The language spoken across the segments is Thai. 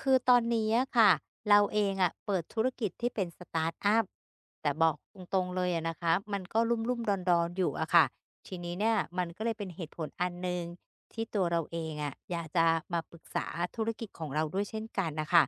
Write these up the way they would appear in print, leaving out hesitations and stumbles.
คือตอนนี้อะค่ะเราเองอะเปิดธุรกิจที่เป็นสตาร์ตอัพแต่บอกตรงๆเลยอะนะคะมันก็ลุ่มๆดอนๆอยู่อะค่ะทีนี้เนี่ยมันก็เลยเป็นเหตุผลอันหนึ่งที่ตัวเราเองอะอยากจะมาปรึกษาธุรกิจของเราด้วยเช่นกันน่ะค่ะ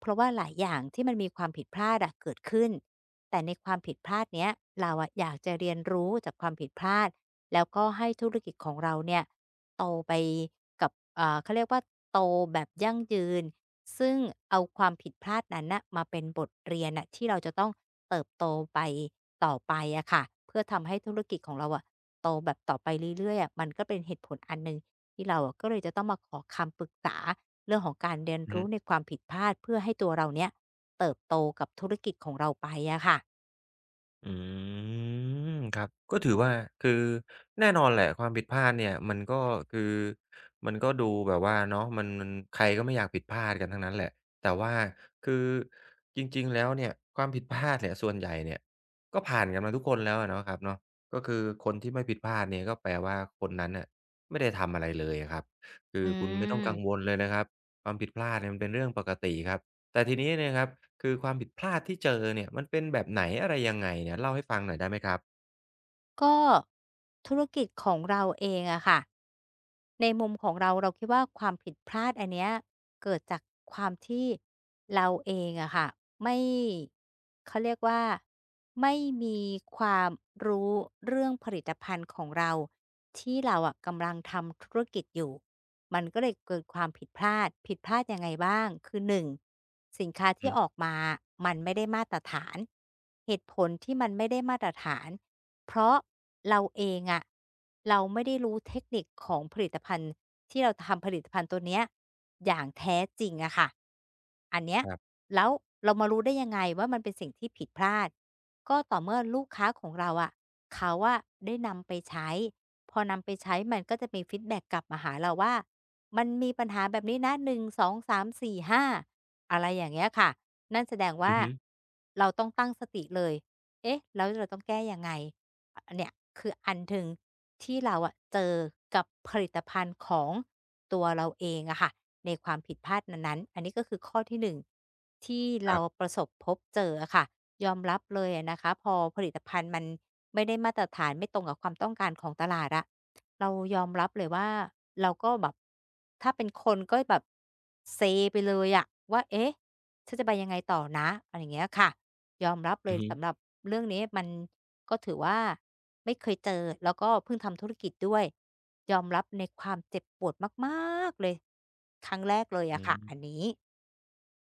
เพราะว่าหลายอย่างที่มันมีความผิดพลาดอะเกิดขึ้นแต่ในความผิดพลาดเนี้ยเราอะอยากจะเรียนรู้จากความผิดพลาดแล้วก็ให้ธุรกิจของเราเนี่ยโตไปกับเขาเรียกว่าโตแบบยั่งยืน ซึ่งเอาความผิดพลาดนั้นน่ะมาเป็นบทเรียนน่ะที่เราจะต้องเติบโตไปต่อไปอะค่ะเพื่อทำให้ธุรกิจของเราอะโตแบบต่อไปเรื่อยๆอะมันก็เป็นเหตุผลอันหนึ่งที่เราอะก็เลยจะต้องมาขอคำปรึกษาเรื่องของการเรียนอือฮึรู้ในความผิดพลาดเพื่อให้ตัวเราเนี้ยเติบโตกับธุรกิจของเราไปอะค่ะอืมครับก็ถือว่าคือแน่นอนแหละความผิดพลาดเนี่ยมันก็คือมันก็ดูแบบว่าเนาะมันใครก็ไม่อยากผิดพลาดกันทั้งนั้นแหละแต่ว่าคือจริงๆแล้วเนี่ยความผิดพลาดเนี่ยส่วนใหญ่เนี่ยก็ผ่านกันมาทุกคนแล้วอะเนาะครับเนาะก็คือคนที่ไม่ผิดพลาดเนี่ยก็แปลว่าคนนั้นน่ะไม่ได้ทำอะไรเลยอะครับคือือคุณไม่ต้องกังวม ลเลยนะครับความผิดพลาดเนี่ยมันเป็นเรื่องปกติครับ แต่ทีนี้เนี่ยครับคือความผิดพลาดที่เจอเนี่ยมันเป็นแบบไหนอะไรยังไงเนี่ยเล่าให้ฟังหน่อยได้ไหมครับก็ธุรกิจของเราเองอะค่ะในมุมของเราเราคิดว่าความผิดพลาดอันเนี้ยเกิดจากความที่เราเองอะค่ะไม่เขาเรียกว่าไม่มีความรู้เรื่องผลิตภัณฑ์ของเราที่เราอะกำลังทำธุรกิจอยู่มันก็เลยเกิดความผิดพลาดผิดพลาดยังไงบ้างคือหนึ่งสินค้าอือฮึที่ออกมามันไม่ได้มาตรฐานเหตุผลที่มันไม่ได้มาตรฐาน เพราะเราเองอะเราไม่ได้รู้เทคนิคของผลิตภัณฑ์ที่เราทำผลิตภัณฑ์ตัวเนี้ยอย่างแท้จริงอะค่ะอันเนี้ยครับแล้วเรามารู้ได้ยังไงว่ามันเป็นสิ่งที่ผิดพลาดก็ต่อเมื่อลูกค้าของเราอะเขาอะได้นำไปใช้พอนำไปใช้มันก็จะมีฟีดแบ็กกลับมาหาเราว่ามันมีปัญหาแบบนี้นะ1 2 3 4 5" องสามสี่ห้าอะไรอย่างเงี้ยค่ะนั่นแสดงอืว่าอฮึเราต้องตั้งสติเลยเอ๊ะแล้วเราต้องแก้ยังไง เนี่ยคืออันถึงที่เราอะเจอกับผลิตภัณฑ์ของตัวเราเองอะค่ะในความผิดพลาดนั้นๆอันนี้ก็คือข้อที่1ที่คเรารับประสบพบเจออะค่ะยอมรับเลยอะนะคะพอผลิตภัณฑ์มันไม่ได้มาตรฐานไม่ตรงกับความต้องการของตลาดอะ เรายอมรับเลยว่าเราก็แบบถ้าเป็นคนก็แบบเซไปเลยอะว่าเอ๊ะฉันจะไปยังไงต่อนะอะไรอย่างเงี้ยค่ะยอมรับเลอืยอฮึสำหรับเรื่องนี้มันก็ถือว่าไม่เคยเจอแล้วก็เพิ่งทำธุรกิจด้วยยอมรับในความเจ็บปวดมากๆเลยครั้งแรกเลยอือะค่ะอันม นี้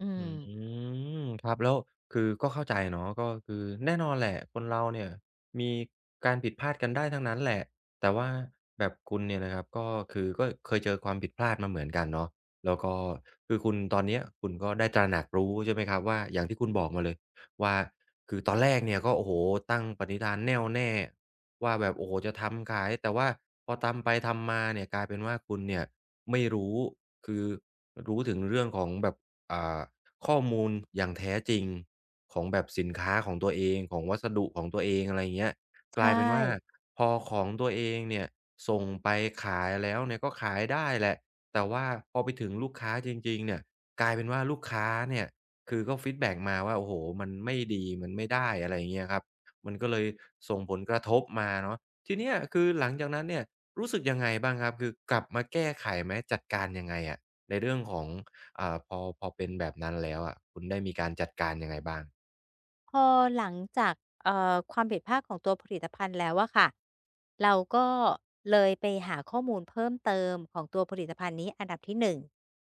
อือืมมครับแล้วคือก็เข้าใจเนาะก็คือแน่นอนแหละคนเราเนี่ยมีการผิดพลาดกันได้ทั้งนั้นแหละแต่ว่าแบบคุณเนี่ยนะครับก็คือก็เคยเจอความผิดพลาดมาเหมือนกันเนาะแล้วก็คือคุณตอนเนี้ยคุณก็ได้ตระหนักรู้ใช่ไหมครับว่าอย่างที่คุณบอกมาเลยว่าคือตอนแรกเนี่ยก็โอ้โฮตั้งปณิธานแน่วแน่ว่าแบบโอ้โฮจะทำขายแต่ว่าพอทำไปทำมาเนี่ยกลายเป็นว่าคุณเนี่ยไม่รู้คือรู้ถึงเรื่องของแบบอ่า ข้อมูลอย่างแท้จริงของแบบสินค้าของตัวเองของวัสดุของตัวเองอะไรอย่างเงี้ยกลาใช่ ยเป็นว่าพอของตัวเองเนี่ยส่งไปขายแล้วเนี่ยก็ขายได้แหละแต่ว่าพอไปถึงลูกค้าจริงๆเนี่ยกลายเป็นว่าลูกค้าเนี่ยคือก็ฟีดแบ็กมาว่าโอ้โฮมันไม่ดีมันไม่ได้อะไรอย่างเงี้ยครับมันก็เลยส่งผลกระทบมาเนาะทีเนี้ยคือหลังจากนั้นเนี่ยรู้สึกยังไงบ้างครับคือกลับมาแก้ไขไหมจัดการยังไงอะในเรื่องของ พอเป็นแบบนั้นแล้วอะคุณได้มีการจัดการยังไงบ้างพอหลังจากความผิดพลาดของตัวผลิตภัณฑ์แล้วอะค่ะเราก็เลยไปหาข้อมูลเพิ่มเติมของตัวผลิตภัณฑ์นี้อันดับที่หนึ่ง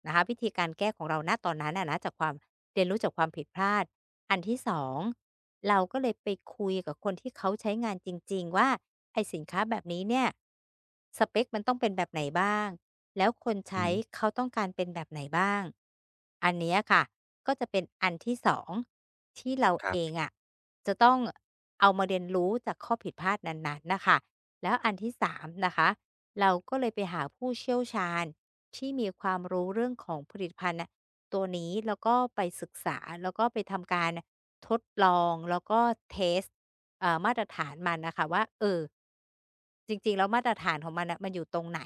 นะคะวิธีการแก้ของเราณตอนนั้นน่ะนะจากความเรียนรู้จากความผิดพลาดอันที่สองเราก็เลยไปคุยกับคนที่เขาใช้งานจริงๆว่าไอ้สินค้าแบบนี้เนี่ยสเปกมันต้องเป็นแบบไหนบ้างแล้วคนอือใช้ฮึเขาต้องการเป็นแบบไหนบ้างอันเนี้ยค่ะก็จะเป็นอันที่สองที่เราคเอรังบอะจะต้องเอามาเรียนรู้จากข้อผิดพลาดนั้นๆน่ะค่ะแล้วอันที่สามนะคะเราก็เลยไปหาผู้เชี่ยวชาญ ที่มีความรู้เรื่องของผลิตภัณฑ์น่ะตัวนี้แล้วก็ไปศึกษาแล้วก็ไปทำการทดลองแล้วก็เทสต์มาตรฐานมันน่ะค่ะว่าจริงๆแล้วมาตรฐานของมันน่ะมันอยู่ตรงไหน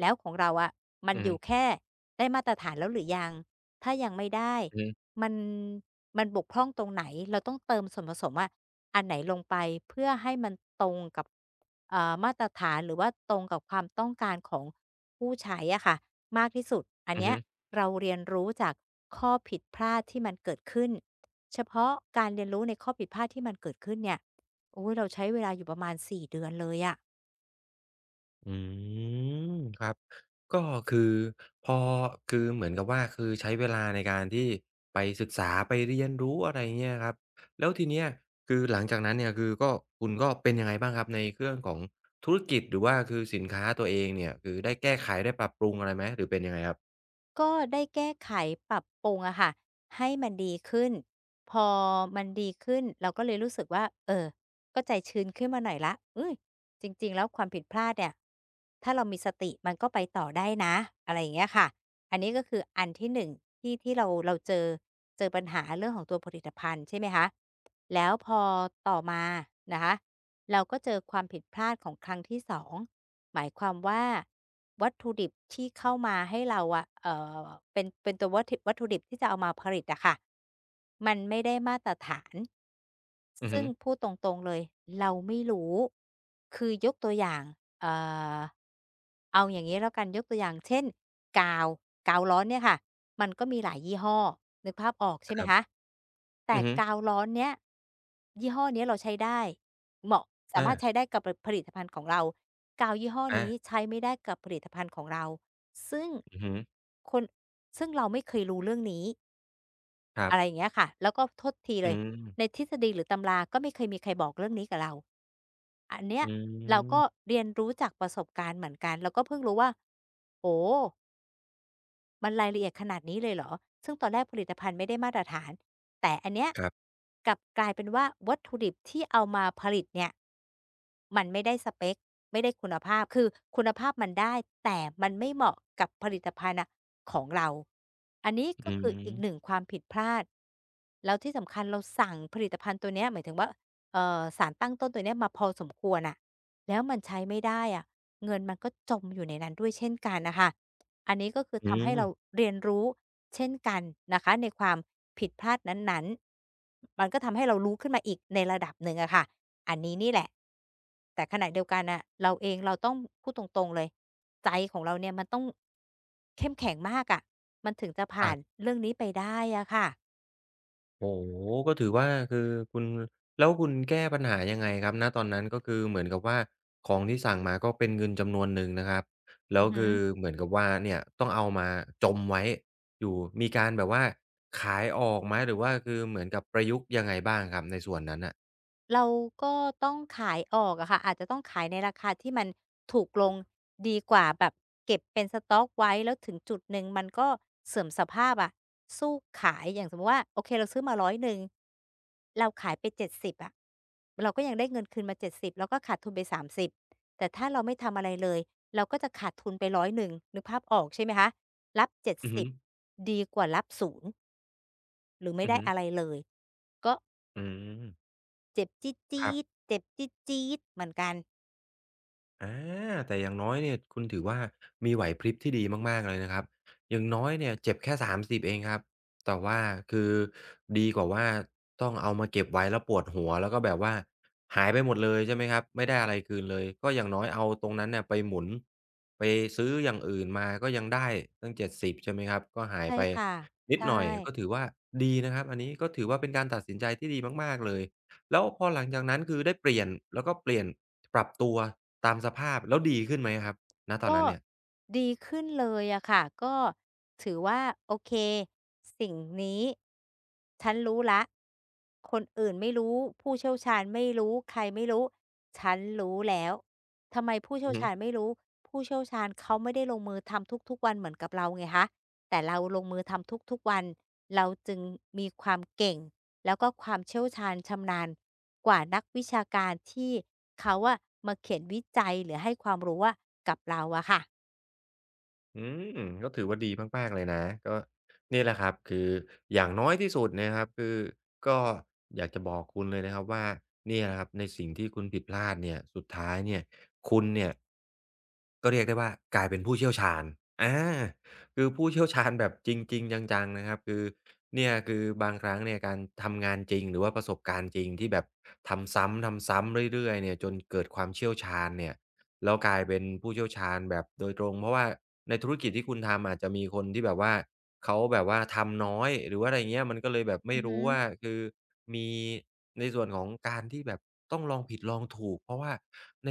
แล้วของเราอะมันอืออฮึยู่แค่ได้มาตรฐานแล้วหรือยังถ้ายังไม่ได้อือฮึมันมันบกพร่องตรงไหนเราต้องเติมส่วนผสมอะอันไหนลงไปเพื่อให้มันตรงกับมาตรฐานหรือว่าตรงกับความต้องการของ ผู้ใช้อะค่ะมากที่สุดอันอือเนี้ยฮึเราเรียนรู้จากข้อผิดพลาดที่มันเกิดขึ้นเฉพาะการเรียนรู้ในข้อผิดพลาดที่มันเกิดขึ้นเนี่ยโอ้ยเราใช้เวลาอยู่ประมาณ4เดือนเลยอะ อืมครับก็คือพอคือเหมือนกับว่าคือใช้เวลาในการที่ไปศึกษาไปเรียนรู้อะไรเงี้ยครับแล้วทีเนี้ยคือหลังจากนั้นเนี่ยคือก็คุณก็เป็นยังไงบ้างครับในเรื่องของธุรกิจหรือว่าคือสินค้าตัวเองเนี่ยคือได้แก้ไขได้ปรับปรุงอะไรไหมหรือเป็นยังไงครับก็ได้แก้ไขปรับปรุงอะค่ะให้มันดีขึ้นพอมันดีขึ้นเราก็เลยรู้สึกว่าเออก็ใจชื้นขึ้นมาหน่อยละเฮ้ยจริงๆแล้วความผิดพลาดเนี่ยถ้าเรามีสติมันก็ไปต่อได้นะอะไรอย่างเงี้ยค่ะอันนี้ก็คืออันที่1ที่ที่เราเจอเจอปัญหาเรื่องของตัวผลิตภัณฑ์ใช่ไหมคะแล้วพอต่อมานะคะเราก็เจอความผิดพลาดของครั้งที่สอง หมายความว่าวัตถุดิบที่เข้ามาให้เราอะอเป็นตัววัตถิวัตถุดิบที่จะเอามาผลิตอะค่ะมันหวาน อือฮึซึ่งพูดตรงๆเลยเราไม่รู้คือยกตัวอย่างเอ่อเอาอย่างงี้แล้วกันยกตัวอย่างเช่นกาวกาวร้อนเนี่ยค่ะมันก็มีหลายยี่ห้อนึกภาพออกใช่ไหคมรัคะบแต่อือฮึกาวร้อนเนี้ยยี่ห้อเนี้ยเราใช้ได้เหมาะสาอามารถใช้ได้กับผผลิตภัณฑ์ของเรากาวยี่ห้อนี้อาใช้ไม่ได้กับผลิตภัณฑ์ของเราซึ่งอือฮึคนซึ่งเราไม่เคยรู้เรื่องนี้ ครัอะไรอย่างบเงี้ยค่ะ แล้วก็โทษทีเลอืย ม ในทฤษฎีหรือตำราก็ไม่เคยมีใครบอกเรื่องนี้กับเรา อันเนี้ยอืเราก็มเรียนรู้จากประสบการณ์เหมือนกัน เราก็เพิ่งรู้ว่า โอ้ มันรายละเอียดขนาดนี้เลยเหรอซึ่งตอนแรกผลิตภัณฑ์ไม่ได้มาตรฐานแต่อันเนี้ยครับกลับกลายเป็นว่าวัตถุดิบที่เอามาผลิตเนี่ยมันไม่ได้สเปกไม่ได้คุณภาพคือคุณภาพมันได้แต่มันไม่เหมาะกับผลิตภัณฑ์น่ะของเรา อันนี้ก็อืคืออีกหนึ่งมความผิดพลาดแล้วที่สำคัญเราสั่งผลิตภัณฑ์ตัวเนี้ยหมายถึงว่าสารตั้งต้นตัวเนี้ยมาพอสมควรน่ะแล้วมันใช้ไม่ได้อะเงินมันก็จมอยู่ในนั้นด้วยเช่นกันน่ะค่ะ อันนี้ก็คืออืทำให้เรามเรียนรู้เช่นกันนะคะในความผิดพลาดนั้นๆ มันก็ทำให้เรารู้ขึ้นมาอีกในระดับหนึ่งอะค่ะอันนี้นี่แหละแต่ขณะเดียวกันน่ะเราเองเราต้องพูดตรงๆเลยใจของเราเนี่ยมันต้องเข้มแข็งมากอะมันถึงจะคผ่ารันบเรื่องนี้ไปได้อะค่ะโอ้โฮก็ถือว่าคือคุณแล้วคุณแก้ปัญหายังไงครับณตอนนั้นก็คือเหมือนกับว่าของที่สั่งมาก็เป็นเงินจำนวนหนึ่งนะครับแล้อืวอฮึ คือเหมือนกับว่าเนี่ยต้องเอามาจมไว้อยู่มีการแบบว่าขายออกไหมหรือว่าคือเหมือนกับประยุกต์ยังไงบ้างครับในส่วนนั้นน่ะเราก็ต้องขายออกอะค่ะอาจจะต้องขายในราคาที่มันถูกลงดีกว่าแบบเก็บเป็นสต็อกไว้แล้วถึงจุดหนึ่งมันก็เสื่อมสภาพอะสู้ขายอย่างสมมุติว่าโอเคเราซื้อมา100เราขายไป70อะเราก็ยังได้เงินคืนมา 70เราก็ขาดทุนไป 30 แต่ถ้าเราไม่ทำอะไรเลยเราก็จะขาดทุนไป100นึงนึกภาพออกใช่ไหมคะรับ70อือฮึดสิบดีกว่ารับ0หรือไม่อือได้ฮึอะไรเลยก็ อืมเจ็บจี๊ดจ๊ครับ ดเจ็บจี๊ดจ๊ดเหมือนกันอาแต่อย่างน้อยเนี่ยคุณถือว่ามีไหวพริบที่ดีมากๆเลยนะครับอย่างน้อยเนี่ยเจ็บแค่30เองครับแต่ว่าคือดีกว่าว่าต้องเอามาเก็บไว้แล้วปวดหัวแล้วก็แบบว่าหายไปหมดเลยใช่ไหมครับไม่ได้อะไรคืนเลยก็อย่างน้อยเอาตรงนั้นเนี่ยไปหมุนไปซื้ออย่างอื่นมาก็ยังได้ตั้ง70ใช่ไหมครับก็หายใช่ไปค่ะนิดใช่หน่อยก็ถือว่าดีนะครับอันนี้ก็ถือว่าเป็นการตัดสินใจที่ดีมากๆเลย แล้วพอหลังจากนั้นคือได้เปลี่ยนแล้วก็เปลี่ยนปรับตัวตามสภาพแล้วดีขึ้นไหมครับณตอนก็นั้นเนี่ยดีขึ้นเลยอะค่ะก็ถือว่าโอเคสิ่งนี้ฉันรู้ละคนอื่นไม่รู้ผู้เชี่ยวชาญไม่รู้ใครไม่รู้ฉันรู้แล้วทำไมผู้เชี่อืยอวฮึ ชาญไม่รู้ผู้เชี่ยวชาญเขาไม่ได้ลงมือทำทุกๆวันเหมือนกับเราไงคะแต่เราลงมือทำทุกๆวันเราจึงมีความเก่ง แล้วก็ความเชี่ยวชาญชำนาญกว่านักวิชาการที่เขาอะมาเขียนวิจัยหรือให้ความรู้อะกับเราอะค่ะอืมก็ถือว่าดีมากๆเลยนะก็นี่แหละครับคืออย่างน้อยที่สุดนะครับคือก็อยากจะบอกคุณเลยนะครับว่าเนี่ยนะครับในสิ่งที่คุณผิดพลาดเนี่ยสุดท้ายเนี่ยคุณเนี่ยก็เรียกได้ว่ากลายเป็นผู้เชี่ยวชาญอาคือผู้เชี่ยวชาญแบบจริงๆจังๆนะครับคือเนี่ยคือบางครั้งเนี่ยการทำงานจริงหรือว่าประสบการณ์จริงที่แบบทำซ้ำๆเรื่อยๆเนี่ยจนเกิดความเชี่ยวชาญเนี่ย แล้วกลายเป็นผู้เชี่ยวชาญแบบโดยตรงเพราะว่าในธุรกิจที่คุณทำอาจจะมีคนที่แบบว่าเขาแบบว่าทำน้อยหรือว่าอะไรเงี้ยมันก็เลยแบบไม่อือฮึรู้ว่าคือมีในส่วนของการที่แบบต้องลองผิดลองถูกเพราะว่าใน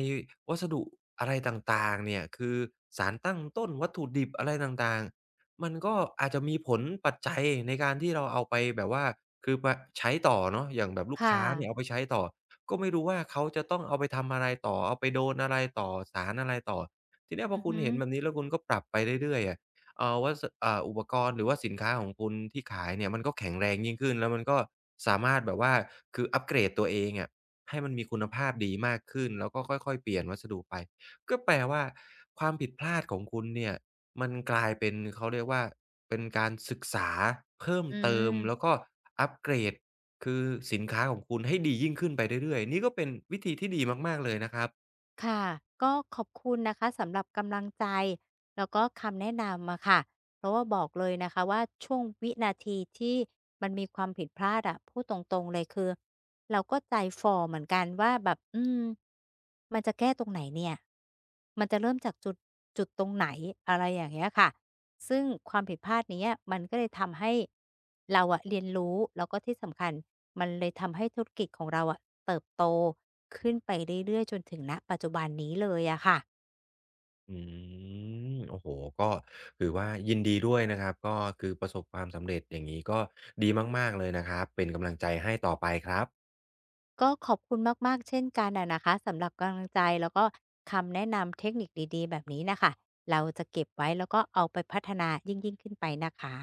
วัสดุอะไรต่างๆเนี่ยคือสารตั้งต้นวัตถุดิบอะไรต่างๆมันก็อาจจะมีผลปัจจัยในการที่เราเอาไปแบบว่าคือไปใช้ต่อเนาะอย่างแบบลูกค่ะค้าเนี่ยเอาไปใช้ต่อ ก็ไม่รู้ว่าเขาจะต้องเอาไปทำอะไรต่อเอาไปโดนอะไรต่อสารอะไรต่อทีเนี้ยพอืออคุณฮึเห็นแบบนี้แล้วคุณก็ปรับไปเรื่อยๆอะเอ่อวัสอ่าอุปกรณ์หรือว่าสินค้าของคุณที่ขายเนี่ยมันก็แข็งแรงยิ่งขึ้นแล้วมันก็สามารถแบบว่าคืออัปเกรดตัวเองอะให้มันมีคุณภาพดีมากขึ้นแล้วก็ค่อยๆเปลี่ยนวัสดุไปก็แปลว่าความผิดพลาดของคุณเนี่ยมันกลายเป็นเขาเรียกว่าเป็นการศึกษาเพิ่มอืเติมแล้วมก็อัปเกรด คือสินค้าของคุณให้ดียิ่งขึ้นไปเรื่อยๆนี่ก็เป็นวิธีที่ดีมากๆเลยนะครับค่ะ ก็ขอบคุณนะคะสำหรับกำลังใจแล้วก็คำแนะนำอะค่ะเพราะว่าบอกเลยนะคะว่าช่วงวินาทีที่มันมีความผิดพลาดอะพูดตรงๆเลยคือ เราก็ใจฝ่อเหมือนกันว่าแบบอืมมันจะแก้ตรงไหนเนี่ยมันจะเริ่มจากจุดตรงไหนอะไรอย่างเงี้ยค่ะซึ่งความผิดพลาดเนี้ยมันก็เลยทำให้เราอะเรียนรู้แล้วก็ที่สำคัญมันเลยทำให้ธุรกิจของเราอะเติบโตขึ้นไปเรื่อยๆจนถึงณปัจจุบันนี้เลยอะค่ะอืมโอ้โฮก็ถือว่ายินดีด้วยนะครับก็คือประสบความสำเร็จอย่างงี้ก็ดีมากๆเลยนะครับเป็นกำลังใจให้ต่อไปครับก็ขอบคุณมากๆเช่นกันนะนะคะสำหรับกำลังใจแล้วก็คำแนะนำเทคนิคดีๆแบบนี้นะคะเราจะเก็บไว้แล้วก็เอาไปพัฒนายิ่งๆขึ้นไปนะคะ